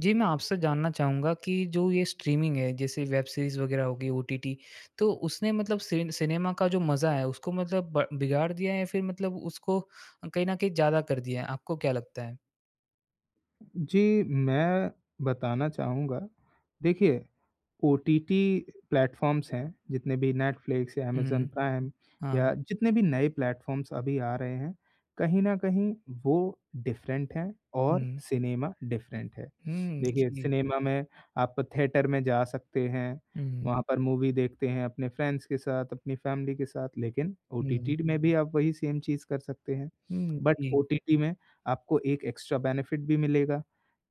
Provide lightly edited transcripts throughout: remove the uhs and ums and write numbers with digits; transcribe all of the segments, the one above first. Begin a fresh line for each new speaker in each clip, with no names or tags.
जी, मैं आपसे जानना चाहूँगा कि जो ये स्ट्रीमिंग है, जैसे वेब सीरीज़ वग़ैरह हो गई ओटीटी, तो उसने मतलब सिनेमा का जो मज़ा है, उसको मतलब ब बिगाड़ दिया है या फिर मतलब उसको कहीं न कहीं ज़्यादा कर दिया है? आपको क्या लगता है?
जी, मैं बताना चाहूँगा। देखिए, ओटीटी प्लेटफ़ॉर्म्स हैं, जितने भी नेटफ्लिक्स या अमेज़न
हुँ,
प्राइम
हाँ।
या जितने भी नए प्लेटफ़ॉर्म्स अभी आ रहे हैं, कहीं न कहीं वो डिफ़रेंट हैं और
हुँ,
सिनेमा डिफ़रेंट है।
हुँ,
देखिए,
जी।
सिनेमा में आप थिएटर में जा सकते हैं,
हुँ,
वहाँ पर मूवी देखते हैं अपने फ्रेंड्स के साथ, अपनी फैमिली के साथ, लेकिन
हुँ,
ओटीटी में भी आप वही सेम चीज़ कर सकते हैं।
हुँ,
बट
जी।
ओटीटी में आपको एक एक्स्ट्रा बेनिफ़िट भी मिलेगा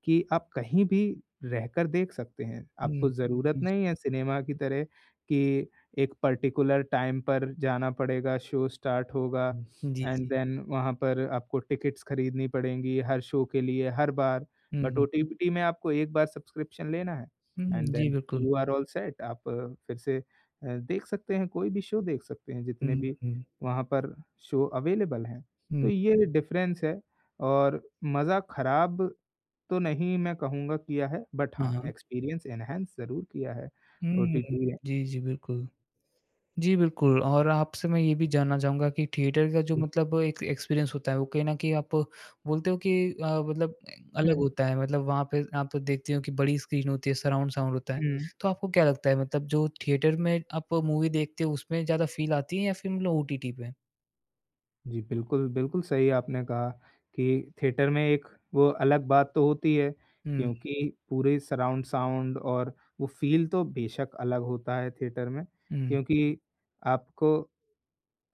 कि आप कहीं भी रहकर देख सकते हैं।
हुँ,
आपको हुँ। ज़रूरत
जी, जी,
नहीं है सिनेमा की तरह कि एक पर्टिकुलर टाइम पर जाना पड़ेगा, शो स्टार्ट होगा
हुँ, जी,
एंड
जी।
देन वहाँ पर आपको टिकट्स खरीदनी पड़ेंगी हर शो के लिए, हर बार। बट
हुँ,
ओटीटी में आपको एक बार सब्सक्रिप्शन लेना है
हुँ,
एंड
जी,
देन
बिल्कुल।
You are all set. आप फिर से देख सकते हैं, कोई भी शो देख सकते हैं, जितने
हुँ,
भी
हुँ,
वहाँ पर शो अवेलेबल हैं। तो
हुँ,
ये डिफ़रेंस है और मज़ा खराब तो नहीं मैं कहूँगा किया है, बट
हाँ,
हाँ,
हाँ।
एक्सपीरियंस एनहांस ज़रूर किया है
हुँ,
ओटीटी या
जी, जी, बिल्कुल। जी, बिल्कुल। और आपसे मैं ये भी जानना चाहूँगा कि थिएटर का जो मतलब एक एक्सपीरियंस होता है, वो कहीं न कहीं आप बोलते हो कि मतलब
हुँ,
अलग होता है, मतलब वहाँ पे आप देखते हो कि बड़ी स्क्रीन होती है, सराउंड साउंड होता है।
हुँ।
तो आपको क्या लगता है मतलब जो थिएटर में आप मूवी देखते हो, उसमें ज़्यादा फ़ील आती है या फिर मतलब ओटीटी पे?
जी, बिल्कुल, बिल्कुल सही आपने कहा कि थिएटर में एक वो अलग बात तो होती है
हुँ,
क्योंकि पूरे सराउंड साउंड और वो फ़ील तो बेशक अलग होता है थिएटर में
हुँ,
क्योंकि आपको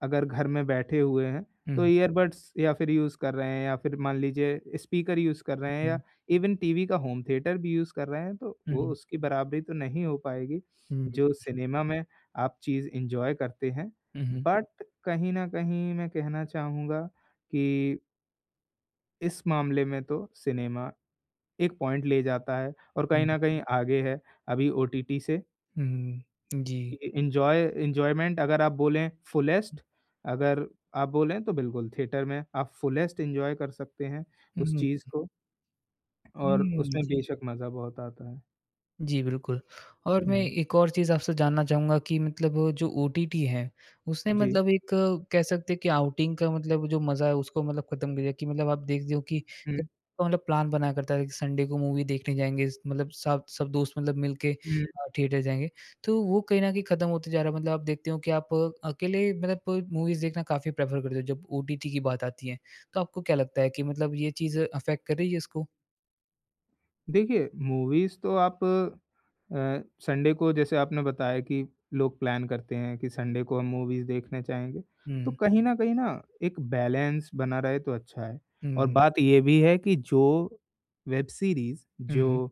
अगर घर में बैठे हुए हैं, तो
हुँ,
ईयरबड्स या फिर यूज़ कर रहे हैं या फिर मान लीजिए स्पीकर यूज़ कर रहे हैं या
हुँ,
इवन टीवी का होम थिएटर भी यूज़ कर रहे हैं, तो
हुँ,
वो
हुँ,
उसकी बराबरी तो नहीं हो पाएगी,
हुँ,
जो सिनेमा में आप चीज़ एन्जॉय करते हैं।
हुँ,
बट कहीं न कहीं मैं कहना चाहूँगा कि इस मामले में तो सिनेमा एक पॉइंट ले जाता है और कहीं न कहीं आगे है अभी ओटीटी से
हुँ, हुँ, जी।
ए एन्जॉय एन्जॉयमेंट अगर आप बोलें तो बिल्कुल थिएटर में आप फुलेस्ट एन्जॉय कर सकते हैं
हुँ,
उस
हुँ,
चीज़ को और उसमें
जी।
बेशक मज़ा बहुत आता है।
जी, बिल्कुल। और मैं
हुँ,
एक और चीज़ आपसे जानना चाहूँगा कि मतलब जो ओटीटी है, उसने
जी।
मतलब एक कह सकते हैं कि आउटिंग का मतलब जो मज़ा है उसको मतलब खत्म कर दिया कि मतलब आप देखते हो कि
हुँ,
तो मतलब प्लान बनाया करता है कि संडे को मूवी देखने जाएँगे इस मतलब सब सब दोस्त मतलब मिलके
हुँ।
थिएटर जाएँगे। तो वो कहीं न कहीं खत्म होते जा रहा है मतलब आप देखते हो कि आप अकेले मतलब मूवीज़ देखना काफ़ी प्रेफ़र करते हो जब ओटीटी की बात आती है। तो आपको क्या लगता है कि मतलब ये चीज़ अफ़ेक्ट कर रही है इसको?
देखिए मूवीज़ तो आप संडे को जैसे आपने बताया कि लोग प्लान करते हैं कि संडे को हम मूवीज़ देखने जाएँगे, तो
हुँ।
कहीं न कहीं ना एक बैलेंस बना रहे तो अच्छा है
हुँ,
और
हुँ।
बात ये भी है कि जो वेब सीरीज़
हुँ,
जो
हुँ।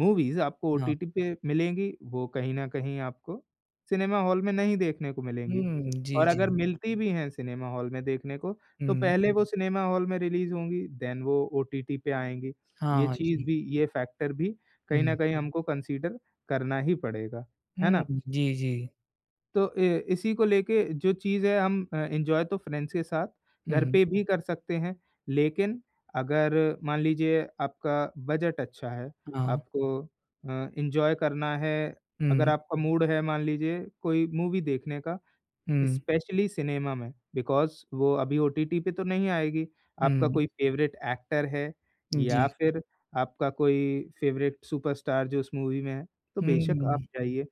मूवीज़ आपको
हाँ।
ओटीटी पे मिलेंगी, वो कहीं न कहीं आपको सिनेमा हॉल में नहीं देखने को मिलेंगी
हुँ, जी,
और
जी।
अगर मिलती भी हैं सिनेमा हॉल में देखने को, तो
हुँ,
पहले वो सिनेमा हॉल में रिलीज़ होंगी, देन वो ओटीटी पे आएँगी। ये
हाँ
चीज़
जी।
भी ये फैक्टर भी कहीं न
हुँ,
कहीं हमको कंसीडर करना ही पड़ेगा, है
हुँ,
ना?
जी, जी।
तो इसी को लेके जो चीज़ है हम एन्जॉय तो फ्रेंड्स के साथ घर
हुँ,
पे भी कर सकते हैं, लेकिन अगर मान लीजिए आपका बजट अच्छा है,
हाँ।
आपको एन्जॉय करना है, अगर
हुँ,
आपका मूड है मान लीजिए कोई मूवी देखने का,
हुँ,
स्पेशली सिनेमा में बिकॉज़ वो अभी ओटीटी पे तो नहीं आएगी। आपका
हुँ,
कोई फ़ेवरेट एक्टर है या
जी।
फिर आपका कोई फ़ेवरेट सुपरस्टार जो उस मूवी में है, तो बेशक आप
हुँ,
जाइए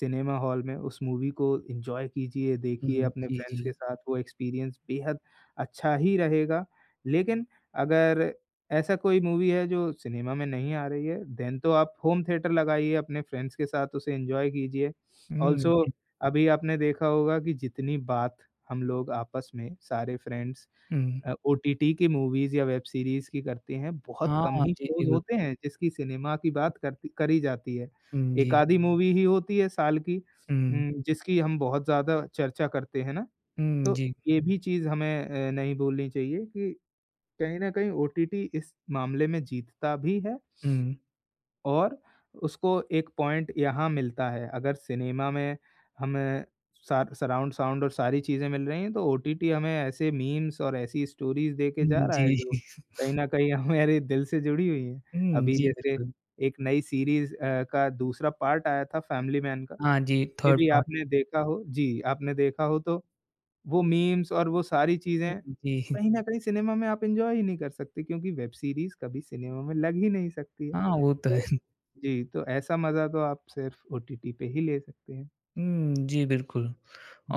सिनेमा हॉल में, उस मूवी को एन्जॉय कीजिए, देखिए
हुँ,
अपने
जी,
फ्रेंड्स के
जी।
साथ, वो एक्सपीरियंस बेहद अच्छा ही रहेगा। लेकिन अगर ऐसा कोई मूवी है जो सिनेमा में नहीं आ रही है, देन तो आप होम थिएटर लगाइए अपने फ्रेंड्स के साथ उसे एन्जॉय कीजिए।
हुँ,
ऑल्सो
जी।
अभी आपने देखा होगा कि जितनी बात हम लोग आपस में सारे फ्रेंड्स
हुँ,
ओटीटी की मूवीज़ या वेब सीरीज़ की करते हैं, बहुत कम
हाँ,
ही
जी, जी,
शोज़
बिल
होते हैं जिसकी सिनेमा की बात करती करी जाती है।
हुँ,
एक
जी।
आधी मूवी ही होती है साल की
हुँ,
जिसकी हम बहुत ज़्यादा चर्चा करते हैं ना,
हुँ,
तो
जी।
ये भी चीज़ हमें नहीं भूलनी चाहिए कि कहीं न कहीं ओटीटी इस मामले में जीतता भी है
हुँ,
और उसको एक पॉइंट यहाँ मिलता है, अगर सिनेमा में हमें सार सराउंड साउंड और सारी चीज़ें मिल रही हैं, तो ओटीटी हमें ऐसे मीम्स और ऐसी स्टोरीज़ दे के जा
हुँ,
रहा है,
जी।
जो कहीं न कहीं हमारे दिल से जुड़ी हुई हैं।
हुँ,
अभी
जी,
जैसे
बिल्कुल।
एक नई सीरीज़ का दूसरा पार्ट आया था फैमिली मैन का,
हाँ जी,
मे
थर्ड
बी
पार्ट
आपने देखा हो तो वो मीम्स और वो सारी चीज़ें,
हुँ, जी।
कहीं न कहीं सिनेमा में आप एन्जॉय ही नहीं कर सकते क्योंकि वेब सीरीज़ कभी सिनेमा में लग ही नहीं सकती है।
हाँ, वो तो
तो
है।
जी, तो ऐसा मज़ा तो आप सिर्फ़ ओटीटी पे ही ले सकते हैं।
हुँ, जी, बिल्कुल।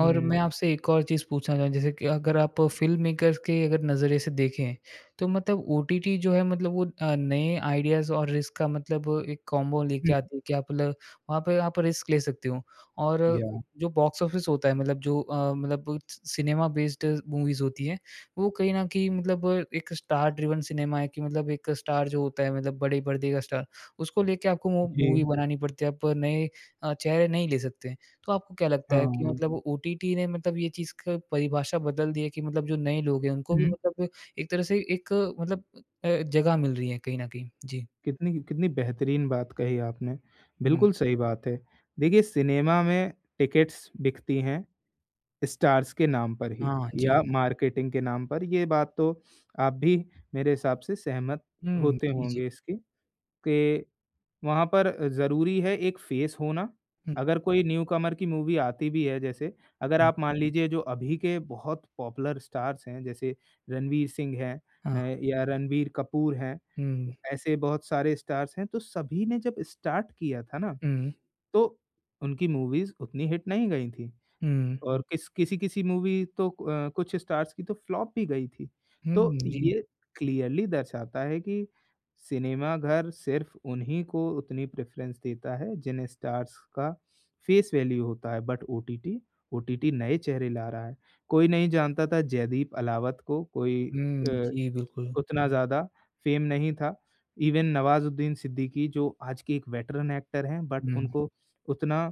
और मैं आपसे एक और चीज़ पूछना चाहूँ जैसे कि अगर आप फ़िल्म मेकर्स के अगर नज़रिए से देखें, तो मतलब ओटीटी जो है मतलब वो नए आइडियाज़ और रिस्क का मतलब एक कॉम्बो लेके
हुँ,
आती है कि आप मतलब वहाँ पे आप रिस्क ले सकते हो। और
याह
जो बॉक्स ऑफिस होता है मतलब जो मतलब सिनेमा बेस्ड मूवीज़ होती हैं, वो कहीं न कहीं मतलब एक स्टार ड्रिवन सिनेमा है कि मतलब एक स्टार जो होता है मतलब बड़े पर्दे का स्टार, उसको लेके आपको वो
जी,
मूवी बनानी पड़ती है, आप नए चेहरे नहीं ले सकते। तो आपको क्या लगता
हाँ,
है कि
हाँ।
मतलब ओटीटी ने मतलब ये चीज़ का परिभाषा बदल दी है कि मतलब जो नए लोग हैं उनको भी
हुँ,
मतलब एक तरह से एक मतलब जगह मिल रही है कहीं न कहीं? जी।
कितनी कितनी बेहतरीन बात कही आपने, बिल्कुल
हुँ।
सही बात है। देखिए सिनेमा में टिकट्स बिकती हैं स्टार्स के नाम पर ही
हाँ जी।
या मार्केटिंग के नाम पर, ये बात तो आप भी मेरे हिसाब से सहमत
हुँ,
होते
जी, जी।
होंगे इसकी। के वहाँ पर ज़रूरी है एक फ़ेस होना।
हुँ,
अगर कोई न्यू कमर की मूवी आती भी है जैसे, अगर
हुँ।
आप मान लीजिए जो अभी के बहुत पॉपुलर स्टार्स हैं, जैसे रणवीर सिंह हैं
हाँ।
या रणबीर कपूर हैं,
हुँ,
ऐसे बहुत सारे स्टार्स हैं, तो सभी ने जब स्टार्ट किया था ना,
हुँ,
तो उनकी मूवीज़ उतनी हिट नहीं गई थी।
हुँ।
और किसी-किसी मूवी तो कुछ स्टार्स की तो फ्लॉप भी गई थी।
हुँ,
तो
जी।
ये क्लियरली दर्शाता है कि सिनेमाघर सिर्फ़ उन्हीं को उतनी प्रेफ़रेंस देता है जिन्हें स्टार्स का फ़ेस वैल्यू होता है बट ओटीटी ओटीटी नए चेहरे ला रहा है। कोई नहीं जानता था जयदीप अलावत को, कोई
हुँ,
अ,
जी, बिल्कुल।
उतना ज़्यादा फ़ेम नहीं था। इवन नवाज़ुद्दीन सिद्दीकी जो आज के एक वेटरन एक्टर हैं बट
हुँ।
उनको उतना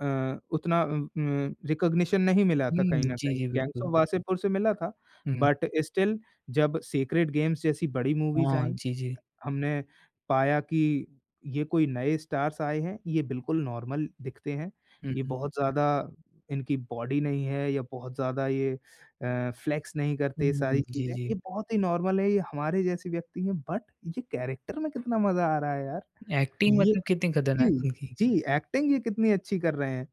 उतना रिकॉग्निशन नहीं मिला था
हुँ,
कहीं न
जी,
कहीं,
जी,
गैंग्स
बिल्कुल।
ऑफ वासेपुर से मिला था,
हुँ।
बट स्टिल जब सेक्रेड गेम्स जैसी बड़ी मूवीज़
हाँ,
आईं,
जी, जी।
हमने पाया कि ये कोई नए स्टार्स आए हैं, ये बिल्कुल नॉर्मल दिखते हैं,
हुँ,
ये
हुँ।
बहुत ज़्यादा इनकी बॉडी नहीं है या बहुत ज़्यादा ये फ्लेक्स नहीं करते सारी
हुँ, जी,
चीज़ें,
जी।
ये बहुत ही नॉर्मल है, ये हमारे जैसे व्यक्ति हैं, बट ये कैरेक्टर में कितना मज़ा आ रहा है यार।
एक्टिंग
ये
मतलब कितनी
जी,
खतरनाक उनकी।
जी, एक्टिंग ये कितनी अच्छी कर रहे हैं।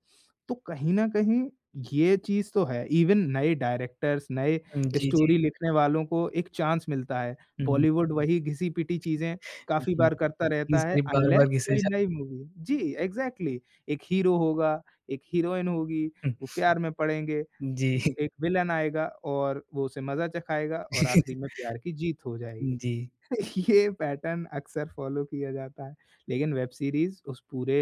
तो कहीं न कहीं ये चीज़ तो है, इवन नए डायरेक्टर्स, नए
हुँ, जी, जी।
स्टोरी लिखने वालों को एक चांस मिलता है।
हुँ,
बॉलीवुड वही घिसी-पिटी चीज़ें काफ़ी
जी।
बार करता
इसकी
रहता है
स्क्रिप्ट
अनलेस
बार-बार घिसे
कोई
जा
नई मूवी जी, एग्ज़ैक्टली एक हीरो होगा, एक हीरोइन होगी, वो प्यार में पड़ेंगे,
जी।
एक विलेन आएगा और वो उसे मज़ा चखाएगा और आखिरी में प्यार की जीत हो जाएगी।
जी।
ये पैटर्न अक्सर फॉलो किया जाता है, लेकिन वेब सीरीज़ उस पूरे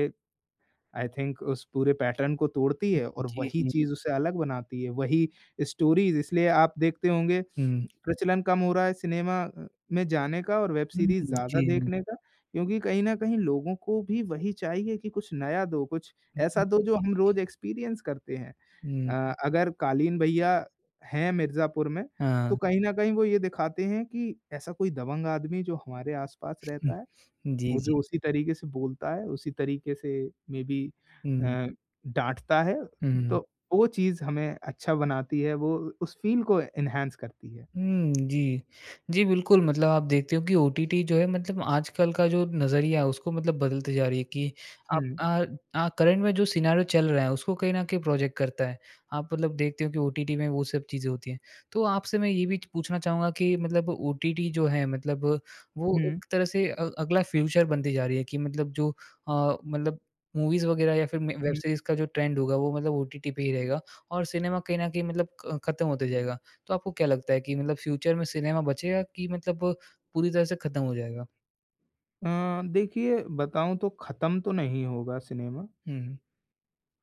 आई थिंक उस पूरे पैटर्न को तोड़ती है और
जी,
वही
जी।
चीज़ उसे अलग बनाती है, वही स्टोरीज़ इसलिए आप देखते होंगे
हुँ।
प्रचलन कम हो रहा है सिनेमा में जाने का और वेब
हुँ,
सीरीज़
जी,
ज़्यादा
जी।
देखने का, क्योंकि कहीं न कहीं लोगों को भी वही चाहिए कि कुछ नया दो, कुछ
हुँ,
ऐसा
हुँ।
दो जो हम रोज़ एक्सपीरियंस करते हैं।
हुँ,
अगर कालीन भैया हैं मिर्ज़ापुर में, तो
हाँ।
कहीं न कहीं वो ये दिखाते हैं कि ऐसा कोई दबंग आदमी जो हमारे आस-पास
हुँ।
रहता है,
जी,
वो
जी।
जो उसी तरीके से बोलता है, उसी तरीके से मे बी
हुँ,
अ, डाँटता है,
हुँ।
तो वो चीज़ हमें अच्छा बनाती है, वो उस फ़ील को एनहांस करती है।
हुँ, जी। जी, बिल्कुल मतलब आप देखते हो कि ओटीटी जो है मतलब आजकल का जो नज़रिया है उसको मतलब बदलते जा रही है कि आप
हुँ,
करंट में जो सिनेरियो चल रहा है उसको कहीं न कहीं प्रोजेक्ट करता है। आप मतलब देखते हो कि ओटीटी में वो सब चीज़ें होती हैं। तो आपसे मैं ये भी पूछना चाहूँगा कि मतलब ओटीटी जो है मतलब वो
हुँ,
एक तरह से अगला फ्यूचर बनती जा रही है कि मतलब जो मतलब मूवीज़ वगैरह या फिर में वेब
हुँ।
सीरीज़ का जो ट्रेंड होगा वो मतलब ओटीटी पे ही रहेगा और सिनेमा कहीं न कहीं मतलब क खत्म होते जाएगा। तो आपको क्या लगता है कि मतलब फ्यूचर में सिनेमा बचेगा कि मतलब पूरी तरह से खत्म हो जाएगा?
देखिए बताऊँ तो खत्म तो नहीं होगा सिनेमा
हुँ।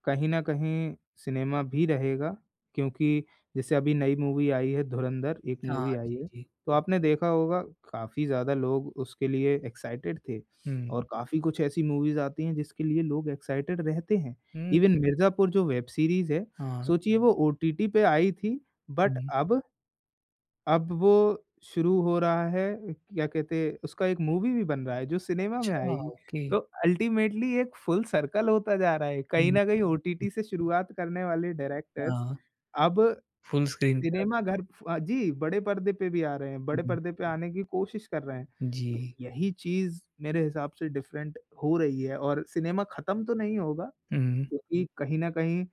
कहीं न कहीं सिनेमा भी रहेगा, क्योंकि जैसे अभी नई मूवी आई है धुरंधर, एक
हाँ,
मूवी आई
जी,
है,
जी।
तो आपने देखा होगा काफ़ी ज़्यादा लोग उसके लिए एक्साइटेड थे
हुँ,
और काफ़ी कुछ ऐसी मूवीज़ आती हैं जिसके लिए लोग एक्साइटेड रहते हैं।
हुँ,
इवन मिर्ज़ापुर जो वेब सीरीज़ है,
हाँ,
सोचिए वो ओटीटी पे आई थी बट
हुँ।
अब वो शुरू हो रहा है, क्या कहते हैं, उसका एक मूवी भी बन रहा है जो सिनेमा में
अच्छा,
आएगी।
ओके।
तो अल्टीमेटली एक फुल सर्कल होता जा रहा है। कहीं
हुँ,
न कहीं
हुँ,
ओटीटी से शुरुआत करने वाले डायरेक्टर्स
हाँ,
अब
फुल स्क्रीन पे अब
सिनेमा घर जी, बड़े पर्दे पे भी आ रहे हैं, बड़े
हुँ,
पर्दे पे आने की कोशिश कर रहे हैं।
जी।
तो यही चीज़ मेरे हिसाब से डिफरेंट हो रही है और सिनेमा खत्म तो नहीं होगा
हुँ,
क्योंकि कहीं न कहीं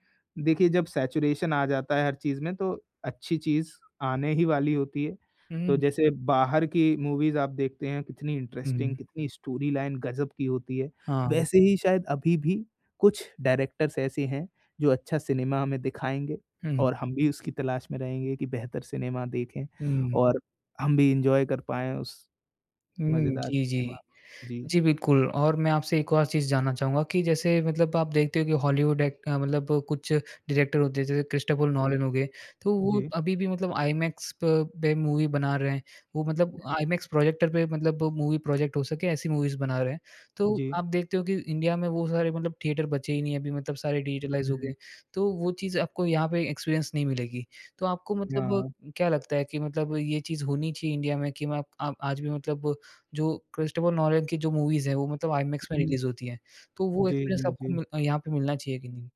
देखिए जब सैचुरेशन आ जाता है हर चीज़ में तो अच्छी चीज़ आने ही वाली होती है। तो
हुँ,
जैसे बाहर की मूवीज़ आप देखते हैं कितनी इंटरेस्टिंग,
हुँ,
कितनी स्टोरी लाइन गज़ब की होती है।
हाँ,
वैसे ही शायद अभी भी कुछ डायरेक्टर्स ऐसे हैं जो अच्छा सिनेमा हमें दिखाएँगे
हुँ,
और हम भी उसकी तलाश में रहेंगे कि बेहतर सिनेमा देखें
हुँ,
और हम भी एन्जॉय कर पाएँ उस
हुँ,
मज़ेदार
जी,
सिनेमा
जी।
को। जी,
जी, बिल्कुल। और मैं आपसे एक और चीज़ जानना चाहूँगा कि जैसे मतलब आप देखते हो कि हॉलीवुड मतलब कुछ डायरेक्टर होते हैं, जैसे क्रिस्टोफर
जी,
नॉलन हो गए, तो वो
जी,
अभी भी मतलब आईमैक्स प पे मूवी बना रहे हैं। वो मतलब
जी,
आईमैक्स प्रोजेक्टर पे मतलब मूवी प्रोजेक्ट हो सके, ऐसी मूवीज़ बना रहे हैं। तो
जी।
आप देखते हो कि इंडिया में वो सारे मतलब थिएटर बचे ही नहीं अभी मतलब सारे
हुँ,
डिजिटलाइज़ हो
हुँ,
गए। तो वो चीज़ आपको यहाँ पे एक्सपीरियंस नहीं मिलेगी। तो आपको मतलब
हाँ।
क्या लगता है कि मतलब ये चीज़ होनी चाहिए इंडिया में कि मैं आप आज भी मतलब जो क्रिस्टोफर नोलन की जो मूवीज़ हैं, वो मतलब आईमैक्स में रिलीज़ होती हैं। तो वो
जी,
एक्सपीरियंस
जी,
आपको
जी।
मिल यहाँ पे मिलना चाहिए कि नहीं?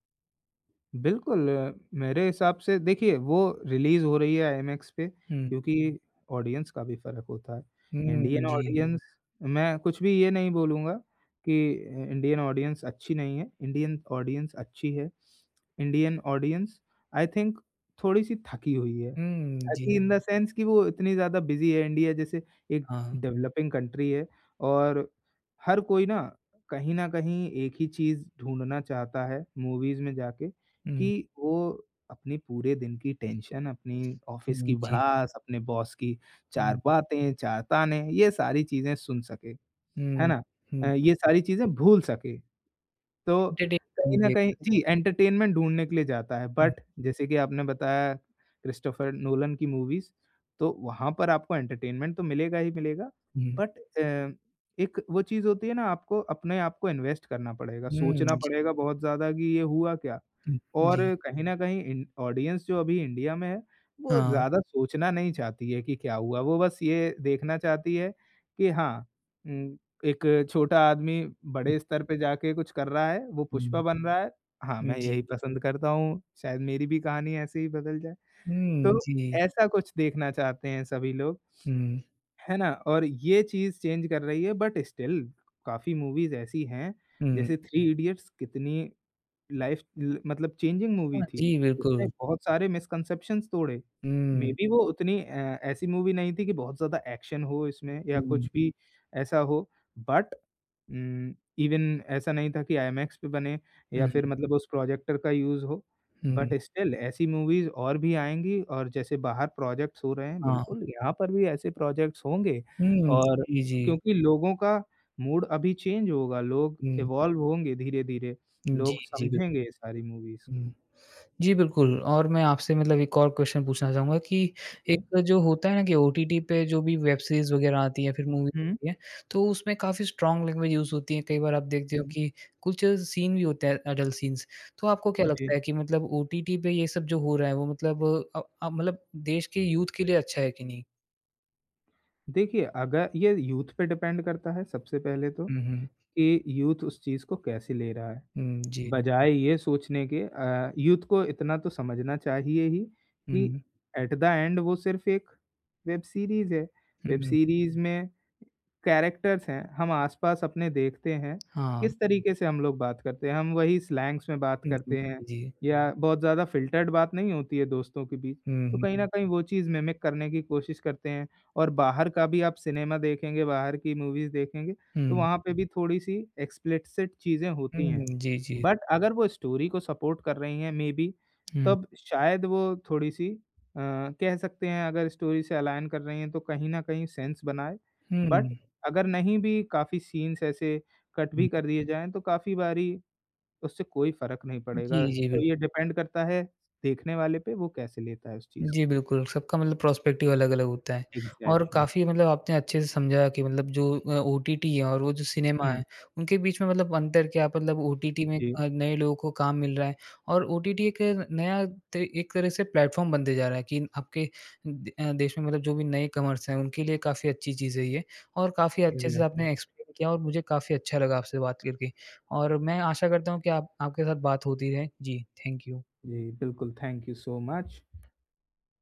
बिल्कुल, मेरे हिसाब से देखिए वो रिलीज़ हो रही है आईमैक्स पे
हुँ।
क्योंकि ऑडियंस का भी फ़र्क होता है। इंडियन
हुँ,
हुँ।
जी।
ऑडियंस मैं कुछ भी ये नहीं बोलूँगा कि इंडियन ऑडियंस अच्छी नहीं है, इंडियन ऑडियंस अच्छी है। इंडियन ऑडियंस आई थिंक थोड़ी-सी थकी हुई है।
हुँ, जी।
ताकि इन द सेंस कि वो इतनी ज़्यादा बिज़ी है, इंडिया जैसे एक
हाँ।
डेवलपिंग कंट्री है और हर कोई ना कहीं न कहीं एक ही चीज़ ढूँढना चाहता है मूवीज़ में जाके
हुँ,
कि वो अपने पूरे दिन की टेंशन, अपनी ऑफ़िस की
हुँ, जी।
भड़ास, अपने बॉस की 4
हुँ,
बातें, 4 ताने, ये सारी चीज़ें सुन सके, है
हुँ,
ना?
हुँ।
ये सारी चीज़ें भूल सके। तो कहीं
एंटरटेन
न
जी, एक
कहीं
तरह से।
जी, एंटरटेनमेंट ढूँढने के लिए जाता है
हुँ,
बट जैसे कि आपने बताया क्रिस्टोफर नोलन की मूवीज़, तो वहाँ पर आपको एंटरटेनमेंट तो मिलेगा ही मिलेगा
हुँ।
बट एक वो चीज़ होती है ना आपको अपने आप को इन्वेस्ट करना पड़ेगा,
हुँ,
सोचना
जी।
पड़ेगा बहुत ज़्यादा कि ये हुआ क्या?
हुँ,
और
जी।
कहीं न कहीं इन ऑडियंस जो अभी इंडिया में है, वो
हाँ।
ज़्यादा सोचना नहीं चाहती है कि क्या हुआ, वो बस ये देखना चाहती है कि हाँ उम, एक छोटा आदमी बड़े स्तर पे जाके कुछ कर रहा है, वो पुष्पा
हुँ,
बन रहा है, हाँ, मैं
हुँ, जी।
यही पसंद करता हूँ, शायद मेरी भी कहानी ऐसे ही बदल जाए।
हुँ,
तो
जी।
ऐसा कुछ देखना चाहते हैं सभी लोग,
हुँ,
है ना? और ये चीज़ चेंज कर रही है बट स्टिल काफ़ी मूवीज़ ऐसी हैं,
हुँ।
जैसे थ्री इडियट्स कितनी लाइफ ल मतलब चेंजिंग मूवी
हाँ
थी।
जी,
उसने
बिल्कुल।
बहुत सारे मिसकंसेप्शंस तोड़े।
हुँ,
मेबी वो उतनी ऐसी मूवी नहीं थी कि बहुत ज़्यादा एक्शन हो इसमें या
हुँ,
कुछ भी ऐसा हो। बट उम, इवन ऐसा नहीं था कि आईमैक्स पे बने या
हुँ,
फिर मतलब उस प्रोजेक्टर का यूज़ हो। बट
हुँ।
स्टिल ऐसी मूवीज़ और भी आएँगी और जैसे बाहर प्रोजेक्ट्स हो रहे हैं,
हाँ।
बिल्कुल यहाँ पर भी ऐसे प्रोजेक्ट्स होंगे
हुँ,
और
जी, जी।
क्योंकि लोगों का मूड अभी चेंज होगा, लोग
हुँ,
इवॉल्व होंगे धीरे-धीरे।
जी,
लोग
जी, बिल्कुल।
समझेंगे ये सारी मूवीज़ को।
हुँ। जी, बिल्कुल। और मैं आपसे मतलब एक और क्वेश्चन पूछना चाहूँगा कि
जी।
एक जो होता है ना कि ओटीटी पे जो भी वेब सीरीज़ वग़ैरह आती है, फिर मूवी
हुँ,
आती है, तो उसमें काफ़ी स्ट्रॉन्ग लैंग्वेज यूज़ होती है। कई बार आप देखते हो
हुँ,
कि कुछ सीन भी होते हैं एडल्ट सीन्स। तो आपको क्या
जी।
लगता है कि मतलब ओटीटी पे ये सब जो हो रहा है वो मतलब अ मतलब देश के यूथ के लिए अच्छा है कि नहीं?
देखिए, अगर ये यूथ पे डिपेंड करता है सबसे पहले तो
हुँ, हुँ।
कि यूथ उस चीज़ को कैसे ले रहा है।
हुँ, जी।
बजाय ये सोचने के यूथ को इतना तो समझना चाहिए ही कि
हुँ,
एट द एंड वो सिर्फ़ एक वेब सीरीज़ है। वेब
हुँ।
सीरीज़ में कैरेक्टर्स हैं, हम आस-पास अपने देखते हैं, किस
हाँ।
हुँ। तरीके से हम लोग बात करते हैं। हम वही स्लैंग्स में बात
हुँ,
करते
हुँ,
हैं
जी।
या बहुत ज़्यादा फ़िल्टर्ड बात नहीं होती है दोस्तों के बीच,
हुँ,
तो
हुँ।
कहीं न हुँ। कहीं वो चीज़ मिमिक करने की कोशिश करते हैं और बाहर का भी आप सिनेमा देखेंगे, बाहर की मूवीज़ देखेंगे, तो
हुँ।
वहाँ पे भी थोड़ी-सी एक्सप्लिसिट चीज़ें होती
हुँ,
हैं।
जी, जी।
बट अगर वो स्टोरी को सपोर्ट कर रही हैं मेबी
हुँ।
तब शायद वो थोड़ी-सी अ, कह सकते हैं अगर स्टोरी से अलाइन कर रही हैं, तो कहीं न कहीं सेंस बनाए। बट
हुँ।
अगर नहीं भी काफ़ी सीन्स ऐसे कट भी
हुँ।
कर दिए जाएँ, तो काफ़ी बारी उससे कोई फ़र्क नहीं
जी,
पड़ेगा।
जी,
तो
बिल्कुल।
ये डिपेंड करता है देखने वाले पे, वो कैसे लेता है उस चीज़ को।
जी, बिल्कुल, सबका मतलब पर्सपेक्टिव अलग-अलग होता है और
एग्ज़ैक्टली
काफ़ी मतलब आपने अच्छे से समझाया कि मतलब जो ओटीटी है और वो जो सिनेमा
हुँ,
है, उनके बीच में मतलब अंतर क्या मतलब ओटीटी में
जी,
नए लोगों को काम मिल रहा है और ओटीटी एक नया त एक तरह से प्लेटफ़ॉर्म बनते जा रहा है कि आपके देश में मतलब जो भी नए कमर्स हैं, उनके लिए काफ़ी अच्छी चीज़ है ये और काफ़ी अच्छे से
एग्ज़ैक्टली।
आपने एक्सप्लेन किया और मुझे काफ़ी अच्छा लगा आपसे बात करके और मैं आशा करता हूँ कि आप आपके साथ बात होती रहे। जी, थैंक यू।
जी, बिल्कुल, थैंक यू सो मच।